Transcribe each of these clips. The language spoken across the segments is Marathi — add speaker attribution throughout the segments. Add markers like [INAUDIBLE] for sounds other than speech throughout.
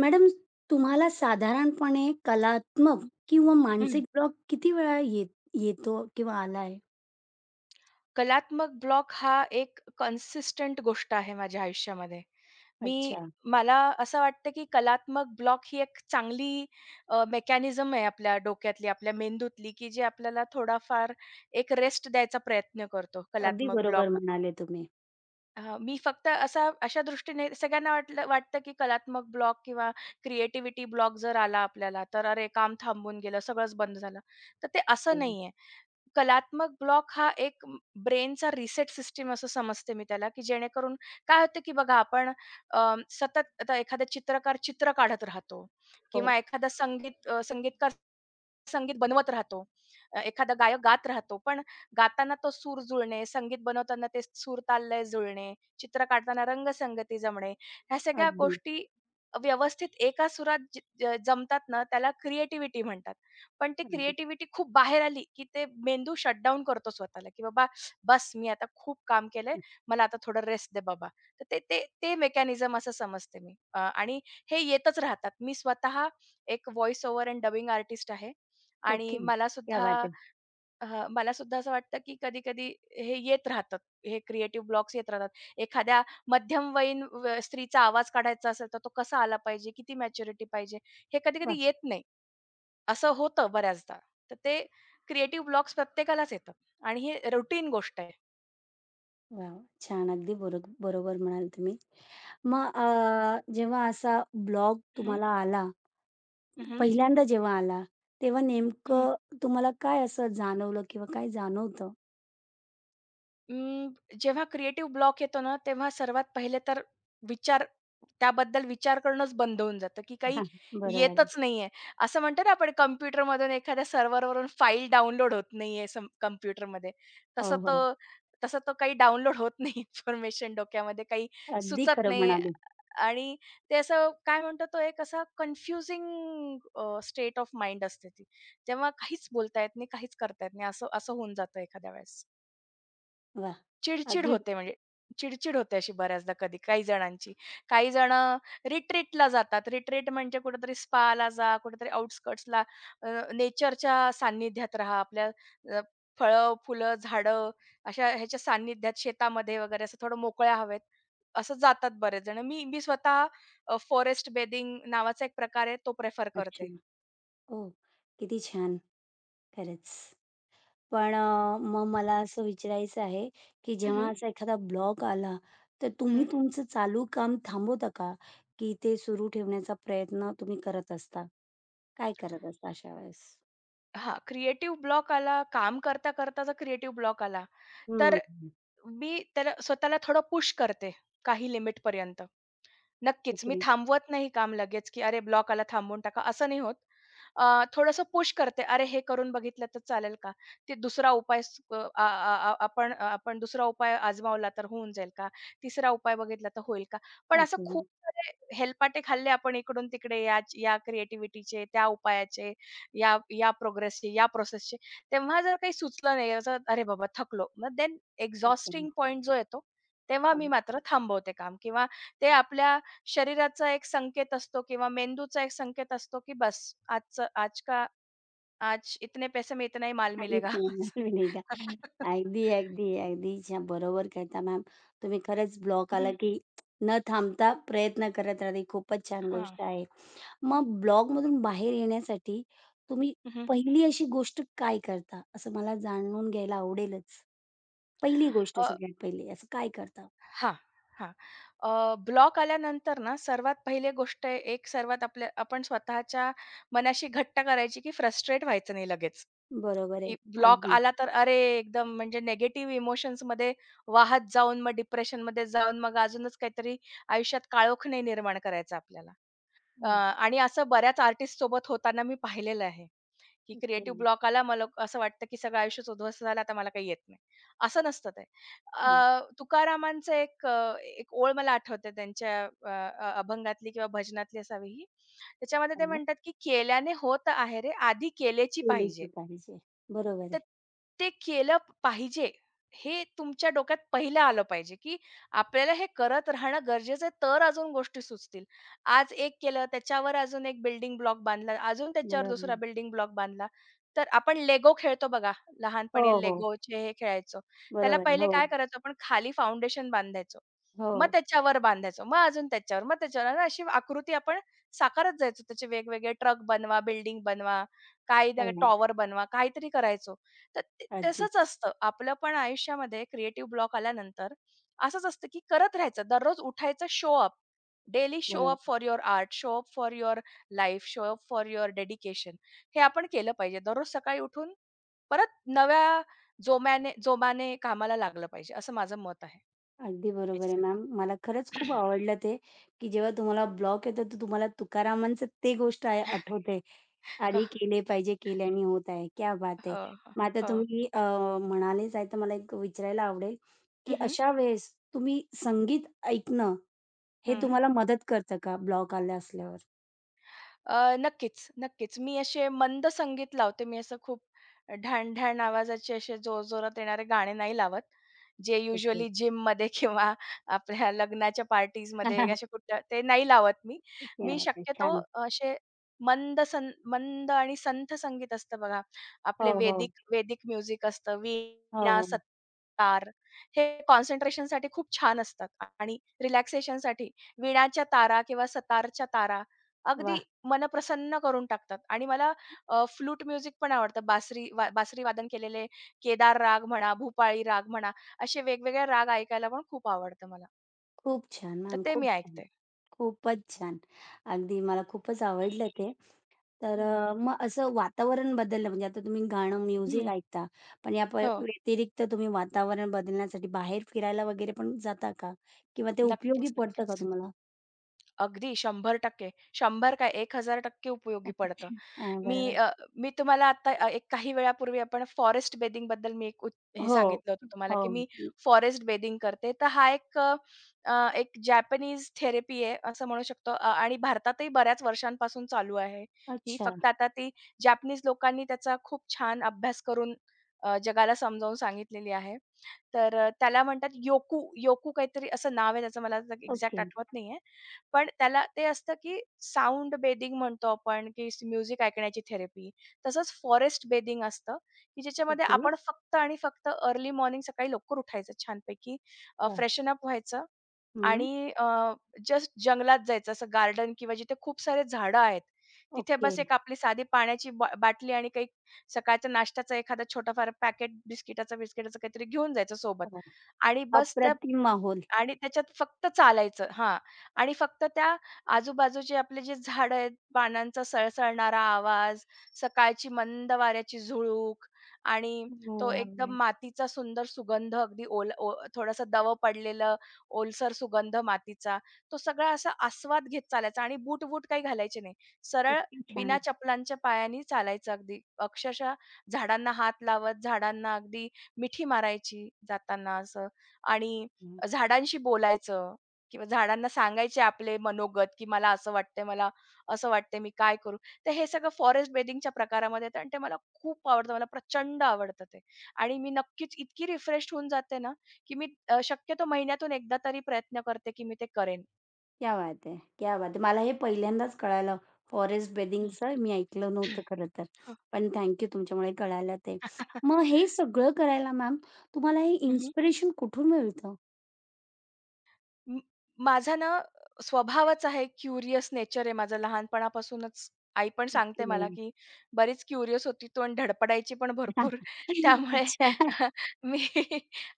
Speaker 1: मॅडम, तुम्हाला साधारणपणे कलात्मक
Speaker 2: हं,
Speaker 1: किंवा मानसिक ब्लॉक किती वेळा येतो किंवा आलाय?
Speaker 2: कलात्मक ब्लॉक हा एक कन्सिस्टंट गोष्ट आहे माझ्या आयुष्यामध्ये. मी
Speaker 1: अच्छा.
Speaker 2: मला असं वाटतं, की कलात्मक ब्लॉक ही एक चांगली मेकॅनिझम आहे आपल्या डोक्यातली, आपल्या मेंदूतली, की जी आपल्याला थोडाफार एक रेस्ट द्यायचा प्रयत्न करतो,
Speaker 1: अगदी
Speaker 2: कलात्मक
Speaker 1: बरोबर
Speaker 2: ब्लॉक.
Speaker 1: म्हणाले तुम्ही.
Speaker 2: मी फक्त असा अशा दृष्टीने सगळ्यांना वाटतं, की कलात्मक ब्लॉक किंवा क्रिएटिव्हिटी ब्लॉक जर आला आपल्याला, तर अरे काम थांबून गेलं, सगळंच बंद झालं. तर ते असं
Speaker 1: हं.
Speaker 2: नाहीये. कलात्मक ब्लॉक हा एक ब्रेनचा रिसेट सिस्टम असं समजते मी त्याला, की जेणेकरून काय होतं, की बघा आपण, सतत आता एखादा चित्रकार चित्र काढत राहतो
Speaker 1: हो.
Speaker 2: किंवा एखादा संगीतकार संगीत बनवत राहतो. एखादा गायक गात राहतो, पण गाताना तो सूर जुळणे, संगीत बनवताना ते सूर ताल लय जुळणे, चित्र काढताना रंगसंगती जमणे, ह्या सगळ्या
Speaker 1: अगदी,
Speaker 2: गोष्टी व्यवस्थित एका सुरात ज ज जमतात ना, त्याला क्रिएटिव्हिटी म्हणतात. पण ती
Speaker 1: अगदी.
Speaker 2: क्रिएटिव्हिटी खूप बाहेर आली, की ते मेंदू शटडाउन करतो स्वतःला, की "बाबा बस, मी आता खूप काम केलंय,
Speaker 1: हं.
Speaker 2: मला आता थोडं रेस्ट दे बाबा." तर ते ते ते मेकॅनिझम असं समजते मी. आणि हे येतच राहतात. मी स्वतः एक voice over and dubbing artist आहे. आणि
Speaker 1: ओके. क्या
Speaker 2: मलासुद्धा,
Speaker 1: बात है!
Speaker 2: मलासुद्धा असं वाटतं, की कधी-कधी हे येत राहतात. हे क्रिएटिव्ह ब्लॉक्स येत राहतात. एखाद्या मध्यमवयीन व स्त्रीचा आवाज काढायचा असेल, तर तो कसा आला पाहिजे? किती मॅच्युरिटी पाहिजे? हे
Speaker 1: वाह!
Speaker 2: कधी-कधी येत नाही. असं होतं बऱ्याचदा. तर ते क्रिएटिव्ह ब्लॉक्स प्रत्येकालाच येतात आणि हे रुटीन गोष्ट आहे.
Speaker 1: वाह! वाह! छान. अगदी बरो बरोबर म्हणाले तुम्ही. मग जेव्हा असा ब्लॉग
Speaker 2: हं,
Speaker 1: तुम्हाला आला,
Speaker 2: हं.
Speaker 1: पहिल्यांदा जेव्हा आला, तेव्हा नेमकं तुम्हाला काय असं जाणवलं किंवा काय जाणवतं?
Speaker 2: अं, जेव्हा क्रिएटिव्ह ब्लॉक येतो ना, तेव्हा सर्वात पहिले तर विचार त्याबद्दल विचार करणंच बंद होऊन जातं, की काही
Speaker 1: [LAUGHS] बरोबर. आहे.
Speaker 2: येतच नाहीये. असं म्हणतो ना आपण, कॉम्प्युटरमधून एखाद्या सर्व्हरवरून फाईल डाउनलोड होत नाहीये सम कॉम्प्युटरमध्ये.
Speaker 1: हो,
Speaker 2: तसं
Speaker 1: हो.
Speaker 2: तो तसं तो काही डाउनलोड होत नाही [LAUGHS] इन्फॉर्मेशन डोक्यामध्ये काही
Speaker 1: अगदी
Speaker 2: सुचत
Speaker 1: खरं
Speaker 2: नाही
Speaker 1: म्हणाले.
Speaker 2: आणि ते असं काय म्हणतो, तो एक असा कन्फ्युजिंग स्टेट ऑफ माइंड असते ती. जेव्हा काहीच बोलता येत नाही, काहीच करता येत नाही असं असं होऊन जातं एखाद्या वेळेस.
Speaker 1: वा,
Speaker 2: चिड-चिड
Speaker 1: अगदी
Speaker 2: होते म्हणजे चिड-चिड होते अशी बऱ्याचदा कधी काही जणांची. काही जण रिट्रीटला जातात. रिट्रीट म्हणजे कुठेतरी स्पाला जा, कुठेतरी आउटस्कट्सला, नेचरच्या सान्निध्यात राहा. आपल्या, अ, फळं, फुलं, झाडं, अशा ह्याच्या सान्निध्यात शेतामध्ये वगैरे असं थोडं मोकळ्या हवेत असं जातात बरेच जण. मी मी स्वतः फॉरेस्ट बेथिंग नावाचा एक प्रकार आहे तो प्रिफर
Speaker 1: अच्छा.
Speaker 2: करते.
Speaker 1: ओ, किती छान खरंच. पण मग मला असं विचारायचं आहे, की
Speaker 2: हं,
Speaker 1: जेव्हा
Speaker 2: हं.
Speaker 1: असा एखादा ब्लॉग आला, तर तुम्ही तुमचं चालू काम थांबवता का? की ते सुरू ठेवण्याचा प्रयत्न तुम्ही करत असता? काय करत असता अशा वेळेस?
Speaker 2: हां, क्रिएटिव्ह ब्लॉक आला, काम करता-करता जर क्रिएटिव्ह ब्लॉक आला,
Speaker 1: हं,
Speaker 2: तर मी त्याला स्वतःला थोडं पुश करते काही लिमिटपर्यंत. नक्कीच. मी
Speaker 1: ओके,
Speaker 2: थांबवत नाही काम लगेच, की "अरे, ब्लॉक आला, थांबवून टाका," असं नाही होत. थोडंसं पुश करते, "अरे, हे करून बघितलं तर चालेल का? ते दुसरा उपाय स अ, आ आ आ आपण आपण दुसरा उपाय आजमावला तर होऊन जाईल का? तिसरा उपाय बघितला तर होईल का?" पण असं
Speaker 1: ओके,
Speaker 2: खूप सारे हेलपाटे खाल्ले आपण इकडून-तिकडे, याच या या क्रिएटिव्हिटीचे, त्या उपायाचे, या या प्रोग्रेसचे, या प्रोसेसचे. तेव्हा जर काही सुचलं नाही, असं "अरे बाबा, थकलो." मग देन
Speaker 1: ओके.
Speaker 2: एक्झॉस्टिंग पॉइंट जो येतो, तेव्हा
Speaker 1: हो.
Speaker 2: मी मात्र थांबवते काम किंवा ते आपल्या शरीराचा एक संकेत असतो किंवा मेंदूचा एक संकेत असतो, की बस आजचं आज का, आज इतने पैसे में इतना ही माल
Speaker 1: काहीच
Speaker 2: मिलेगा.
Speaker 1: नाही, [LAUGHS] नाही का?
Speaker 2: [LAUGHS]
Speaker 1: अगदी, अगदी, अगदी छान. बरोबर करता मॅम. तुम्ही खरंच ब्लॉक आला,
Speaker 2: हं,
Speaker 1: की न थांबता प्रयत्न करत राहते. खूपच छान
Speaker 2: हां,
Speaker 1: गोष्ट आहे. मग ब्लॉगमधून बाहेर येण्यासाठी तुम्ही
Speaker 2: हं,
Speaker 1: पहिली अशी गोष्ट काय करता? असं मला जाणून घ्यायला आवडेलच. पहिली गोष्ट
Speaker 2: अ,
Speaker 1: सगळ्यात पहिली असं काय करता?
Speaker 2: हां, हां. ब्लॉक आल्यानंतर ना सर्वात पहिले गोष्ट आहे, एक सर्वात आपल्या आपण स्वतःच्या मनाशी घट्ट करायची, की फ्रस्ट्रेट व्हायचं नाही लगेच,
Speaker 1: बरोबर आहे.
Speaker 2: की ब्लॉक
Speaker 1: अगदी.
Speaker 2: आला तर अरे एकदम म्हणजे निगेटिव्ह इमोशन्समध्ये वाहत जाऊन मग डिप्रेशनमध्ये जाऊन मग अजूनच काहीतरी आयुष्यात काळोख नाही निर्माण करायचा आपल्याला.
Speaker 1: हां.
Speaker 2: आणि असं बऱ्याच आर्टिस्टसोबत होताना मी पाहिलेलं आहे, की क्रिएटिव्ह
Speaker 1: केले.
Speaker 2: ब्लॉक आला मला असं वाटतं, की सगळं आयुष्यच उद्ध्वस्त झालं, आता मला काही येत नाही. असं नसतं ते.
Speaker 1: हो.
Speaker 2: तुकारामांचं एक ओळ मला आठवते त्यांच्या अ, अ, अभंगातली किंवा भजनातली असावी ही. त्याच्यामध्ये ते
Speaker 1: पण मग
Speaker 2: म्हणतात, की "केल्याने होत आहे रे, आधी केलेची
Speaker 1: केलीच
Speaker 2: पाहिजे."
Speaker 1: पाहिजे. बरोबर आहे.
Speaker 2: तर ते केलं पाहिजे. हे तुमच्या डोक्यात पहिलं आलं पाहिजे, की आपल्याला हे करत राहणं गरजेचं आहे, तर अजून गोष्टी सुचतील. आज एक केलं, त्याच्यावर अजून एक बिल्डिंग ब्लॉक बांधला, अजून त्याच्यावर दुसरा
Speaker 1: बरोबर.
Speaker 2: बिल्डिंग ब्लॉक बांधला. तर आपण लेगो खेळतो बघा,
Speaker 1: हो,
Speaker 2: लहानपणी
Speaker 1: हो.
Speaker 2: लेगोचे हे खेळायचो. त्याला
Speaker 1: बरोबर.
Speaker 2: पहिले
Speaker 1: हो.
Speaker 2: काय करायचो? आपण खाली फाउंडेशन बांधायचो.
Speaker 1: हो.
Speaker 2: मग त्याच्यावर बांधायचो, मग अजून त्याच्यावर, मग त्याच्यावर आणि अशी आकृती आपण साकारत जायचो. त्याचे वेगवेगळे ट्रक बनवा, बिल्डिंग बनवा, काही
Speaker 1: हो.
Speaker 2: टॉवर बनवा, काहीतरी करायचो. तर ते
Speaker 1: अगदी.
Speaker 2: तसंच असतं. आपलं पण आयुष्यामध्ये क्रिएटिव्ह ब्लॉक आल्यानंतर असंच असतं, की करत राहायचं. दररोज उठायचं show up. Daily show up
Speaker 1: बरोबर.
Speaker 2: For your art, show up for your life, show up for your dedication. हे आपण केलं पाहिजे. दररोज सकाळी उठून परत नव्या जोमाने कामाला लागलं पाहिजे, असं माझं मत आहे.
Speaker 1: अगदी बरोबर आहे मॅम.
Speaker 2: याच्यासाठी.
Speaker 1: मला खरंच खूप
Speaker 2: [CLEARS THROAT]
Speaker 1: आवडलं ते, की जेव्हा तुम्हाला ब्लॉक येतो, तर तुम्हाला तुकारामांचं ते गोष्ट आहे आठवते.
Speaker 2: हो,
Speaker 1: आधी केले पाहिजे, केल्याने होत आहे. क्या बात आहे!
Speaker 2: हो,
Speaker 1: मग आता
Speaker 2: हो.
Speaker 1: तुम्ही म्हणालेच आहे, तर मला एक विचारायला आवडेल, की
Speaker 2: हं, हं.
Speaker 1: अशा वेळेस तुम्ही संगीत ऐकणं, हे तुम्हाला मदत करतं का ब्लॉक आला असल्यावर?
Speaker 2: नक्कीच, नक्कीच. मी असे मंद संगीत लावते. मी असं खूप ढाण-ढाण आवाजाचे असे जोरजोरात येणारे गाणे नाही लावत. जे
Speaker 1: ओके.
Speaker 2: युज्युअली जिममध्ये [LAUGHS] किंवा आपल्या लग्नाच्या पार्टीजमध्ये
Speaker 1: [LAUGHS]
Speaker 2: असे कुठल्या ते नाही लावत मी.
Speaker 1: क्या
Speaker 2: मी
Speaker 1: बात है!
Speaker 2: शक्यतो
Speaker 1: छान.
Speaker 2: असे मंद आणि संथ संगीत असतं बघा.
Speaker 1: हो,
Speaker 2: आपले
Speaker 1: हो.
Speaker 2: वैदिक वैदिक म्युझिक असतं.
Speaker 1: हो,
Speaker 2: वीणा,
Speaker 1: हो.
Speaker 2: सतार हे कॉन्सन्ट्रेशनसाठी खूप छान असतात आणि रिलॅक्सेशनसाठी वीणाच्या तारा किंवा सतारच्या तारा अगदी
Speaker 1: वाह!
Speaker 2: मन प्रसन्न करून टाकतात आणि मला फ्लूट म्युझिक पण आवडतं. बासरी वादन केलेले केदार राग म्हणा, भूपाळी राग म्हणा, असे वेगवेगळे राग ऐकायला पण खूप आवडतं मला.
Speaker 1: खूप छान
Speaker 2: तर
Speaker 1: मॅम,
Speaker 2: ते
Speaker 1: खूप
Speaker 2: मी
Speaker 1: छान.
Speaker 2: ऐकते.
Speaker 1: खूपच छान. अगदी मला खूपच आवडलं ते. तर
Speaker 2: हं.
Speaker 1: मग असं वातावरण बदललं म्हणजे आता तुम्ही गाणं, म्युझिक
Speaker 2: हं.
Speaker 1: ऐकता, पण या
Speaker 2: हो.
Speaker 1: व्यतिरिक्त तुम्ही वातावरण बदलण्यासाठी बाहेर फिरायला वगैरे पण जाता का? किंवा ते उपयोगी
Speaker 2: नक्कीच,
Speaker 1: पडतं का
Speaker 2: नक्कीच.
Speaker 1: तुम्हाला?
Speaker 2: अगदी 100% 100 काय 1000% उपयोगी पडतं.
Speaker 1: [LAUGHS] हां,
Speaker 2: मी
Speaker 1: बरोबर.
Speaker 2: अ, मी तुम्हाला आता, एक काही वेळापूर्वी आपण फॉरेस्ट बेथिंगबद्दल मी एक उत हे
Speaker 1: हो,
Speaker 2: सांगितलं होतं तुम्हाला,
Speaker 1: हो.
Speaker 2: की मी फॉरेस्ट बेदिंग करते. तर हा एक जॅपनीज थेरपी आहे असं म्हणू शकतो, आणि भारतातही बऱ्याच वर्षांपासून चालू आहे ही.
Speaker 1: अच्छा.
Speaker 2: फक्त आता ती जॅपनीज लोकांनी त्याचा खूप छान अभ्यास करून, जगाला समजावून सांगितलेली आहे. तर त्याला म्हणतात योकू काहीतरी असं नाव आहे त्याचं, मला
Speaker 1: ओके,
Speaker 2: एक्झॅक्ट आठवत नाहीये. पण त्याला ते असतं, की साउंड बेदिंग म्हणतो आपण, की म्युझिक ऐकण्याची थेरपी. तसंच फॉरेस्ट बेदिंग असतं, की ज्याच्यामध्ये
Speaker 1: ओके.
Speaker 2: आपण फक्त आणि फक्त अर्ली मॉर्निंग सकाळी लवकर उठायचं छानपैकी,
Speaker 1: वाह!
Speaker 2: फ्रेशन अप व्हायचं
Speaker 1: हं.
Speaker 2: आणि जस्ट जंगलात जायचं, असं गार्डन किंवा जिथे खूप सारे झाडं आहेत. तिथे
Speaker 1: ओके.
Speaker 2: बस एक आपली साधी पाण्याची बाटली आणि काही सकाळच्या नाश्त्याचा एखादा छोटाफार पॅकेट बिस्किटाचं काहीतरी घेऊन जायचं सोबत
Speaker 1: वाह!
Speaker 2: आणि बस त्या
Speaker 1: अप्रतिम माहोल.
Speaker 2: आणि त्याच्यात फक्त चालायचं हां. आणि फक्त त्या आजूबाजूचे आपले जे झाडं आहेत, पानांचा सळसळणारा आवाज, सकाळची मंद वाऱ्याची झुळूक आणि
Speaker 1: वाह!
Speaker 2: तो एकदम
Speaker 1: वाह!
Speaker 2: मातीचा सुंदर सुगंध, अगदी ओल ओ थोडंसं दव पडलेलं ओलसर सुगंध मातीचा. तो सगळा असा आस्वाद घेत चालायचा आणि बूट-वूट काही घालायचे नाही. सरळ
Speaker 1: किती छान.
Speaker 2: बिना चपलांच्या पायानी चालायचं अगदी. अक्षरशः झाडांना हात लावत, झाडांना अगदी मिठी मारायची जाताना असं, आणि झाडांशी बोलायचं किंवा झाडांना सांगायचे आपले मनोगत, की मला असं वाटतंय, मला असं वाटतंय, मी काय करू? तर हे सगळं फॉरेस्ट बेथिंगच्या प्रकारामध्ये येतं आणि ते मला खूप आवडतं. मला प्रचंड आवडतं ते आणि मी नक्कीच इतकी रिफ्रेश्ड होऊन जाते ना, की मी, शक्यतो महिन्यातून एकदा तरी प्रयत्न करते, की मी ते करेन.
Speaker 1: क्या बात है! क्या बात है! मला हे पहिल्यांदाच कळालं फॉरेस्ट बेथिंगचं मी ऐकलं
Speaker 2: हं.
Speaker 1: नव्हतं
Speaker 2: [CLEARS THROAT]
Speaker 1: खरं तर.
Speaker 2: हो.
Speaker 1: पण थँक यू तुमच्यामुळे कळालं ते.
Speaker 2: [LAUGHS] हं.
Speaker 1: मग हे सगळं करायला मॅम तुम्हाला हे इन्स्पिरेशन कुठून मिळतं?
Speaker 2: म माझा ना स्वभावच आहे, क्युरियस नेचर आहे माझं लहानपणापासूनच. आई पण सांगते मला,
Speaker 1: ओके.
Speaker 2: की बरीच क्युरियस होती तू आणि धडपडायची पण भरपूर. [LAUGHS]
Speaker 1: [LAUGHS]
Speaker 2: त्यामुळे
Speaker 1: अच्छा.
Speaker 2: [LAUGHS] मी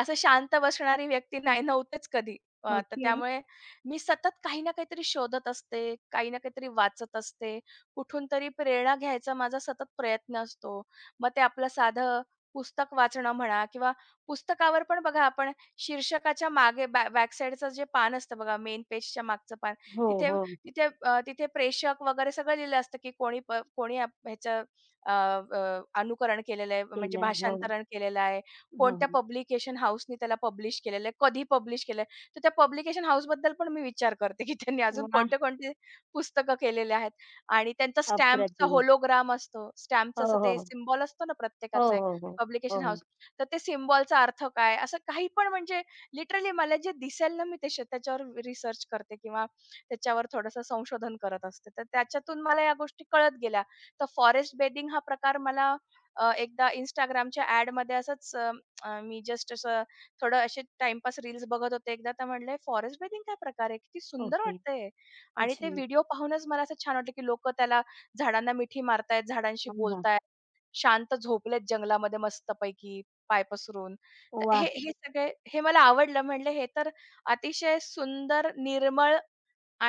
Speaker 2: असं शांत बसणारी व्यक्ती नव्हतेच कधी. तर
Speaker 1: ओके.
Speaker 2: त्यामुळे मी सतत काही ना काहीतरी शोधत असते, काही ना काहीतरी वाचत असते. कुठून तरी प्रेरणा घ्यायचा माझा सतत प्रयत्न असतो. मग ते आपलं साधं पुस्तक वाचणं म्हणा किंवा पुस्तकावर पण बघा आपण शीर्षकाच्या मागे बॅकसाईडचं जे पान असतं बघा, मेन पेजच्या मागचं पान,
Speaker 1: हो,
Speaker 2: तिथे
Speaker 1: हो.
Speaker 2: तिथे, तिथे प्रेषक वगैरे सगळं लिहिलं असतं, की कोणी ह्याचं, अ, अ, अनुकरण केलेलं आहे, म्हणजे
Speaker 1: केलंय. हो,
Speaker 2: भाषांतरण केलेलं आहे.
Speaker 1: हो,
Speaker 2: कोणत्या
Speaker 1: हो.
Speaker 2: पब्लिकेशन हाऊसनी त्याला पब्लिश केलेलं आहे, कधी पब्लिश केलं, तर त्या पब्लिकेशन हाऊसबद्दल पण मी विचार करते, की त्यांनी अजून
Speaker 1: वाह!
Speaker 2: कोणते-कोणते पुस्तकं केलेले आहेत आणि त्यांचा स्टॅम्पचा
Speaker 1: अप्रतिम.
Speaker 2: होलोग्राम असतो.
Speaker 1: हो,
Speaker 2: स्टॅम्पचं असं ते
Speaker 1: हो.
Speaker 2: सिम्बॉल असतो ना
Speaker 1: हो,
Speaker 2: प्रत्येकाचा एक,
Speaker 1: हो, हो. हो,
Speaker 2: पब्लिकेशन,
Speaker 1: हो.
Speaker 2: तर ते सिम्बॉलचा अर्थ काय? असं काही पण म्हणजे लिटरली मला जे दिसेल ना मी ते श त्याच्यावर रिसर्च करते किंवा त्याच्यावर थोडंसं संशोधन करत असते. तर त्याच्यातून मला या गोष्टी कळत गेल्या. तर फॉरेस्ट बेदिंग हा प्रकार मला, एकदा Instagramच्या ॲडमध्ये असंच, अ, अ, मी जस्ट असं थोडं असे टाईमपास रील्स बघत होते. एकदा तर म्हटले फॉरेस्ट बेथिंग काय प्रकार आहे? किती सुंदर
Speaker 1: ओके.
Speaker 2: वाटतंय आणि
Speaker 1: अच्छा.
Speaker 2: ते व्हिडिओ पाहूनच मला असं छान वाटलं, की लोकं त्याला झाडांना मिठी मारतायत, झाडांशी
Speaker 1: हां, हां.
Speaker 2: बोलतायत. शांत झोपलेत जंगलामध्ये मस्तपैकी पाय पसरून. तर हे
Speaker 1: वाह!
Speaker 2: हे सगळे हे मला आवडलं. म्हणलं हे तर अतिशय सुंदर, निर्मळ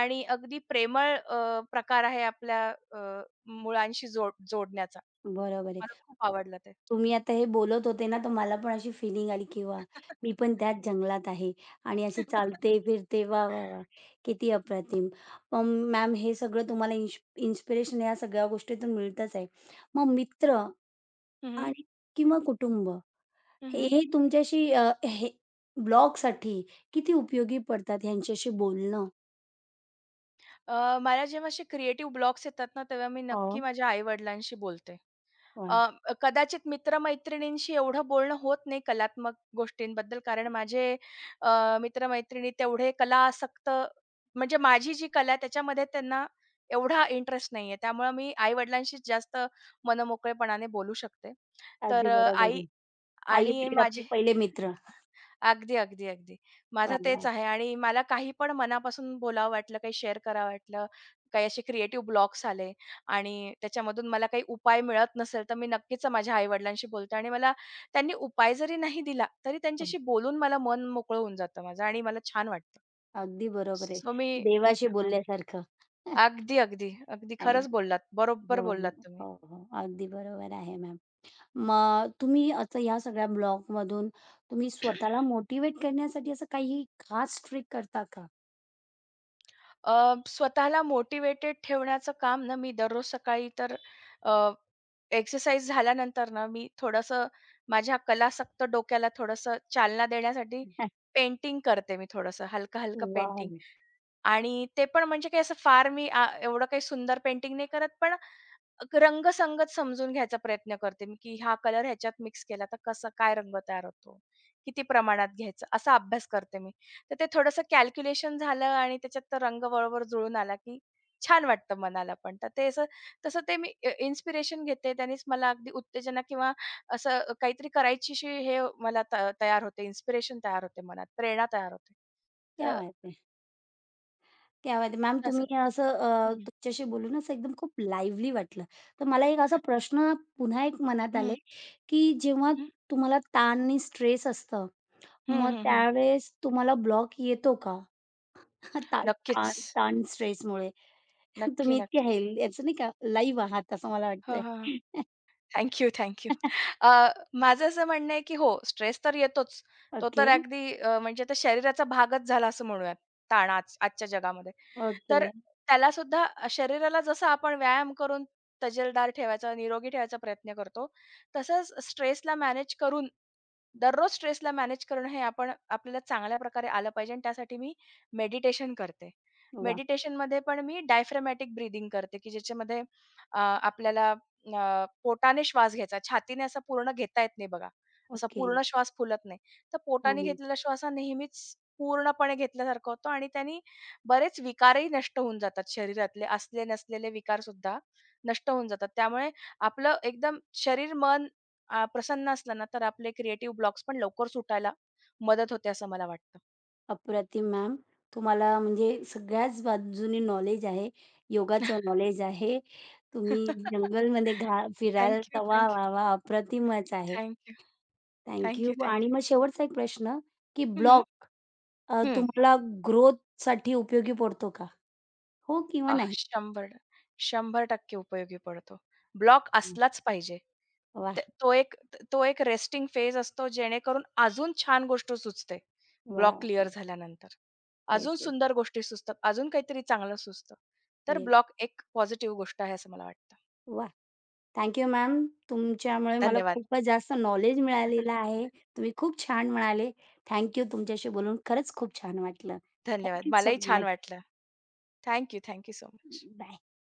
Speaker 2: आणि अगदी प्रेमळ, प्रकार आहे आपल्या, मुळांशी जोडण्याचा.
Speaker 1: बरोबर आहे.
Speaker 2: मला खूप आवडलं ते.
Speaker 1: तुम्ही आता हे बोलत होते ना, तर मला पण अशी फिलिंग आली, की वाह! मी
Speaker 2: [LAUGHS]
Speaker 1: पण त्याच जंगलात आहे आणि अशी चालते, फिरते. वाह, वाह, वाह! किती अप्रतिम. मग मॅम हे सगळं तुम्हाला इन्स्पिरेशन या सगळ्या गोष्टीतून मिळतच आहे. मग मित्र
Speaker 2: हं, हं.
Speaker 1: आणि किंवा कुटुंब
Speaker 2: हं, हं.
Speaker 1: हे तुमच्याशी हे ब्लॉगसाठी किती उपयोगी पडतात ह्यांच्याशी बोलणं?
Speaker 2: मला जेव्हा असे क्रिएटिव्ह ब्लॉक्स येतात ना, तेव्हा मी
Speaker 1: हो,
Speaker 2: नक्की माझ्या आई-वडिलांशी बोलते. अ,
Speaker 1: वाह!
Speaker 2: कदाचित मित्र-मैत्रिणींशी एवढं बोलणं होत नाही कलात्मक गोष्टींबद्दल, कारण माझे मित्र तेवढे कलासक्त, म्हणजे माझी जी कला आहे त्याच्यामध्ये त्यांना एवढा इंटरेस्ट नाहीये. त्यामुळे मी आई-वडिलांशीच जास्त मनमोकळेपणाने बोलू शकते. तर
Speaker 1: अगदी बरोबर
Speaker 2: आई
Speaker 1: आहे.
Speaker 2: आणि
Speaker 1: आई-वडील आपले
Speaker 2: माझे
Speaker 1: पहिले मित्र.
Speaker 2: अगदी, अगदी, अगदी.
Speaker 1: वाह,
Speaker 2: माझं तेच
Speaker 1: वाह!
Speaker 2: आहे आणि मला काही पण मनापासून बोलावं वाटलं, काही शेअर करावं वाटलं, काही असे क्रिएटिव्ह ब्लॉक्स आले आणि त्याच्यामधून मला काही उपाय मिळत नसेल, तर मी नक्कीच माझ्या आई-वडिलांशी बोलते आणि मला त्यांनी उपाय जरी नाही दिला, तरी त्यांच्याशी बोलून मला मन मोकळं होऊन जातं माझं आणि मला छान वाटतं.
Speaker 1: अगदी बरोबर आहे.
Speaker 2: सो मी
Speaker 1: देवाशी बोलल्यासारखं.
Speaker 2: अगदी, अगदी, अगदी खरंच
Speaker 1: अगदी.
Speaker 2: बोललात.
Speaker 1: हो,
Speaker 2: बरोबर
Speaker 1: हो.
Speaker 2: बोललात
Speaker 1: हो,
Speaker 2: तुम्ही.
Speaker 1: हो. अगदी बरोबर आहे मॅम. मग तुम्ही असं ह्या सगळ्या ब्लॉगमधून तुम्ही स्वतःला मोटिव्हेट करण्यासाठी असं काही खास ट्रिक करता का?
Speaker 2: स्वतःला मोटिव्हेटेड ठेवण्याचं काम ना मी दररोज सकाळी तर एक्सरसाइज झाल्यानंतर ना मी थोडंसं माझ्या कलासक्त डोक्याला थोडंसं चालना देण्यासाठी पेंटिंग करते मी, थोडंसं हलकं-हलकं पेंटिंग.
Speaker 1: वॉव!
Speaker 2: आणि ते पण म्हणजे काही असं फार एवढं काही सुंदर पेंटिंग नाही करत, पण रंगसंगत समजून घ्यायचा प्रयत्न करते मी, की हा कलर ह्याच्यात मिक्स केला तर कसा काय रंग तयार होतो, किती प्रमाणात घ्यायचं, असा अभ्यास करते मी. तर ते थोडंसं कॅल्क्युलेशन झालं आणि त्याच्यात तो रंग बरोबर जुळून आला, की छान वाटतं मनाला पण. तर ते असं तसं ते मी इन्स्पिरेशन घेते. त्यानेच मला अगदी उत्तेजना किंवा असं काहीतरी करायची अशी हे मला तयार होते, इन्स्पिरेशन तयार होते मनात, प्रेरणा तयार होते.
Speaker 1: क्या
Speaker 2: तर
Speaker 1: बात है! क्या बात है! मॅम
Speaker 2: असं
Speaker 1: तुम्ही
Speaker 2: होतं.
Speaker 1: असं तुमच्याशी बोलून असं एकदम खूप लाईव्हली वाटलं. तर मला एक असा प्रश्न पुन्हा एक मनात
Speaker 2: हं,
Speaker 1: आलाय,
Speaker 2: हं.
Speaker 1: की जेव्हा तुम्हाला ताण आणि स्ट्रेस असतं,
Speaker 2: हं,
Speaker 1: मग
Speaker 2: हं, हं.
Speaker 1: त्यावेळेस तुम्हाला ब्लॉक येतो का? हां, ताण
Speaker 2: नक्कीच.
Speaker 1: ताण ताण स्ट्रेसमुळे. [LAUGHS]
Speaker 2: नक्की,
Speaker 1: तुम्ही इतके
Speaker 2: नक्की.
Speaker 1: हेल्दी याचं नाही का लाईव्ह आहात असं मला
Speaker 2: हां,
Speaker 1: वाटतंय.
Speaker 2: हां, हां. Thank you, thank you.
Speaker 1: [LAUGHS]
Speaker 2: अ, माझं असं म्हणणं आहे, की हो, स्ट्रेस तर येतोच. तो
Speaker 1: ओके,
Speaker 2: तर अगदी, म्हणजे आता शरीराचा भागच झाला असं म्हणूयात ताण आज आजच्या जगामध्ये.
Speaker 1: ओके.
Speaker 2: तर त्याला सुद्धा शरीराला जसा आपण व्यायाम करून तजेलदार ठेवायचा, निरोगी ठेवायचा प्रयत्न करतो, तसंच स्ट्रेसला मॅनेज करून दररोज स्ट्रेसला मॅनेज करणं हे आपण आपल्याला चांगल्या प्रकारे आलं पाहिजे आणि त्यासाठी मी मेडिटेशन करते.
Speaker 1: वाह!
Speaker 2: मेडिटेशनमध्ये पण मी डायफ्रॅमॅटिक ब्रीथिंग करते, की ज्याच्यामध्ये, आपल्याला, पोटाने श्वास घ्यायचा. छातीने असा पूर्ण घेता येत नाही बघा. असा
Speaker 1: ओके.
Speaker 2: पूर्ण श्वास फुलत नाही. तर
Speaker 1: हं,
Speaker 2: पोटाने
Speaker 1: हं.
Speaker 2: घेतलेला श्वास हा नेहमीच पूर्णपणे घेतल्यासारखा होतो आणि त्याने बरेच विकारही नष्ट होऊन जातात शरीरातले, असले नसलेले विकारसुद्धा नष्ट होऊन जातात. त्यामुळे आपलं एकदम शरीर, मन, प्रसन्न असलं ना, तर आपले क्रिएटिव्ह ब्लॉक्स पण लवकर सुटायला मदत होते असं मला वाटतं.
Speaker 1: अप्रतिम मॅम. तुम्हाला म्हणजे सगळ्याच बाजूनी नॉलेज आहे. योगाचं नॉलेज आहे. तुम्ही
Speaker 2: [LAUGHS]
Speaker 1: जंगलमध्ये फिरायला
Speaker 2: थँक यू,
Speaker 1: तर वाह,
Speaker 2: थँक यू,
Speaker 1: वाह, वाह! अप्रतिमच आहे.
Speaker 2: थँक
Speaker 1: थँक आणि मग शेवटचा एक प्रश्न, की
Speaker 2: [LAUGHS]
Speaker 1: ब्लॉग तुम्हाला ग्रोथसाठी उपयोगी पडतो का? हो किंवा
Speaker 2: आह,
Speaker 1: नाही.
Speaker 2: 100% उपयोगी पडतो. ब्लॉक
Speaker 1: हं.
Speaker 2: असलाच पाहिजे.
Speaker 1: वाह!
Speaker 2: त तो एक तो एक रेस्टिंग फेज असतो, जेणेकरून अजून छान गोष्ट सुचते.
Speaker 1: वाह!
Speaker 2: ब्लॉक
Speaker 1: वाह!
Speaker 2: क्लिअर झाल्यानंतर.
Speaker 1: येस,
Speaker 2: अजून
Speaker 1: येस.
Speaker 2: सुंदर गोष्टी सुचतात, अजून काहीतरी चांगलं सुचतं. तर
Speaker 1: रिअली.
Speaker 2: ब्लॉक एक पॉझिटिव्ह गोष्ट आहे असं मला वाटतं.
Speaker 1: वाह! Thank you ma'am. तुमच्यामुळे मला
Speaker 2: धन्यवाद.
Speaker 1: खूपच जास्त नॉलेज मिळालेलं
Speaker 2: [LAUGHS]
Speaker 1: आहे. तुम्ही खूप छान म्हणाले. Thank you. तुमच्याशी बोलून खरंच खूप छान वाटलं.
Speaker 2: धन्यवाद.
Speaker 1: थँक सो
Speaker 2: मलाही छान
Speaker 1: मच.
Speaker 2: वाटलं. Thank you, so much.
Speaker 1: Bye.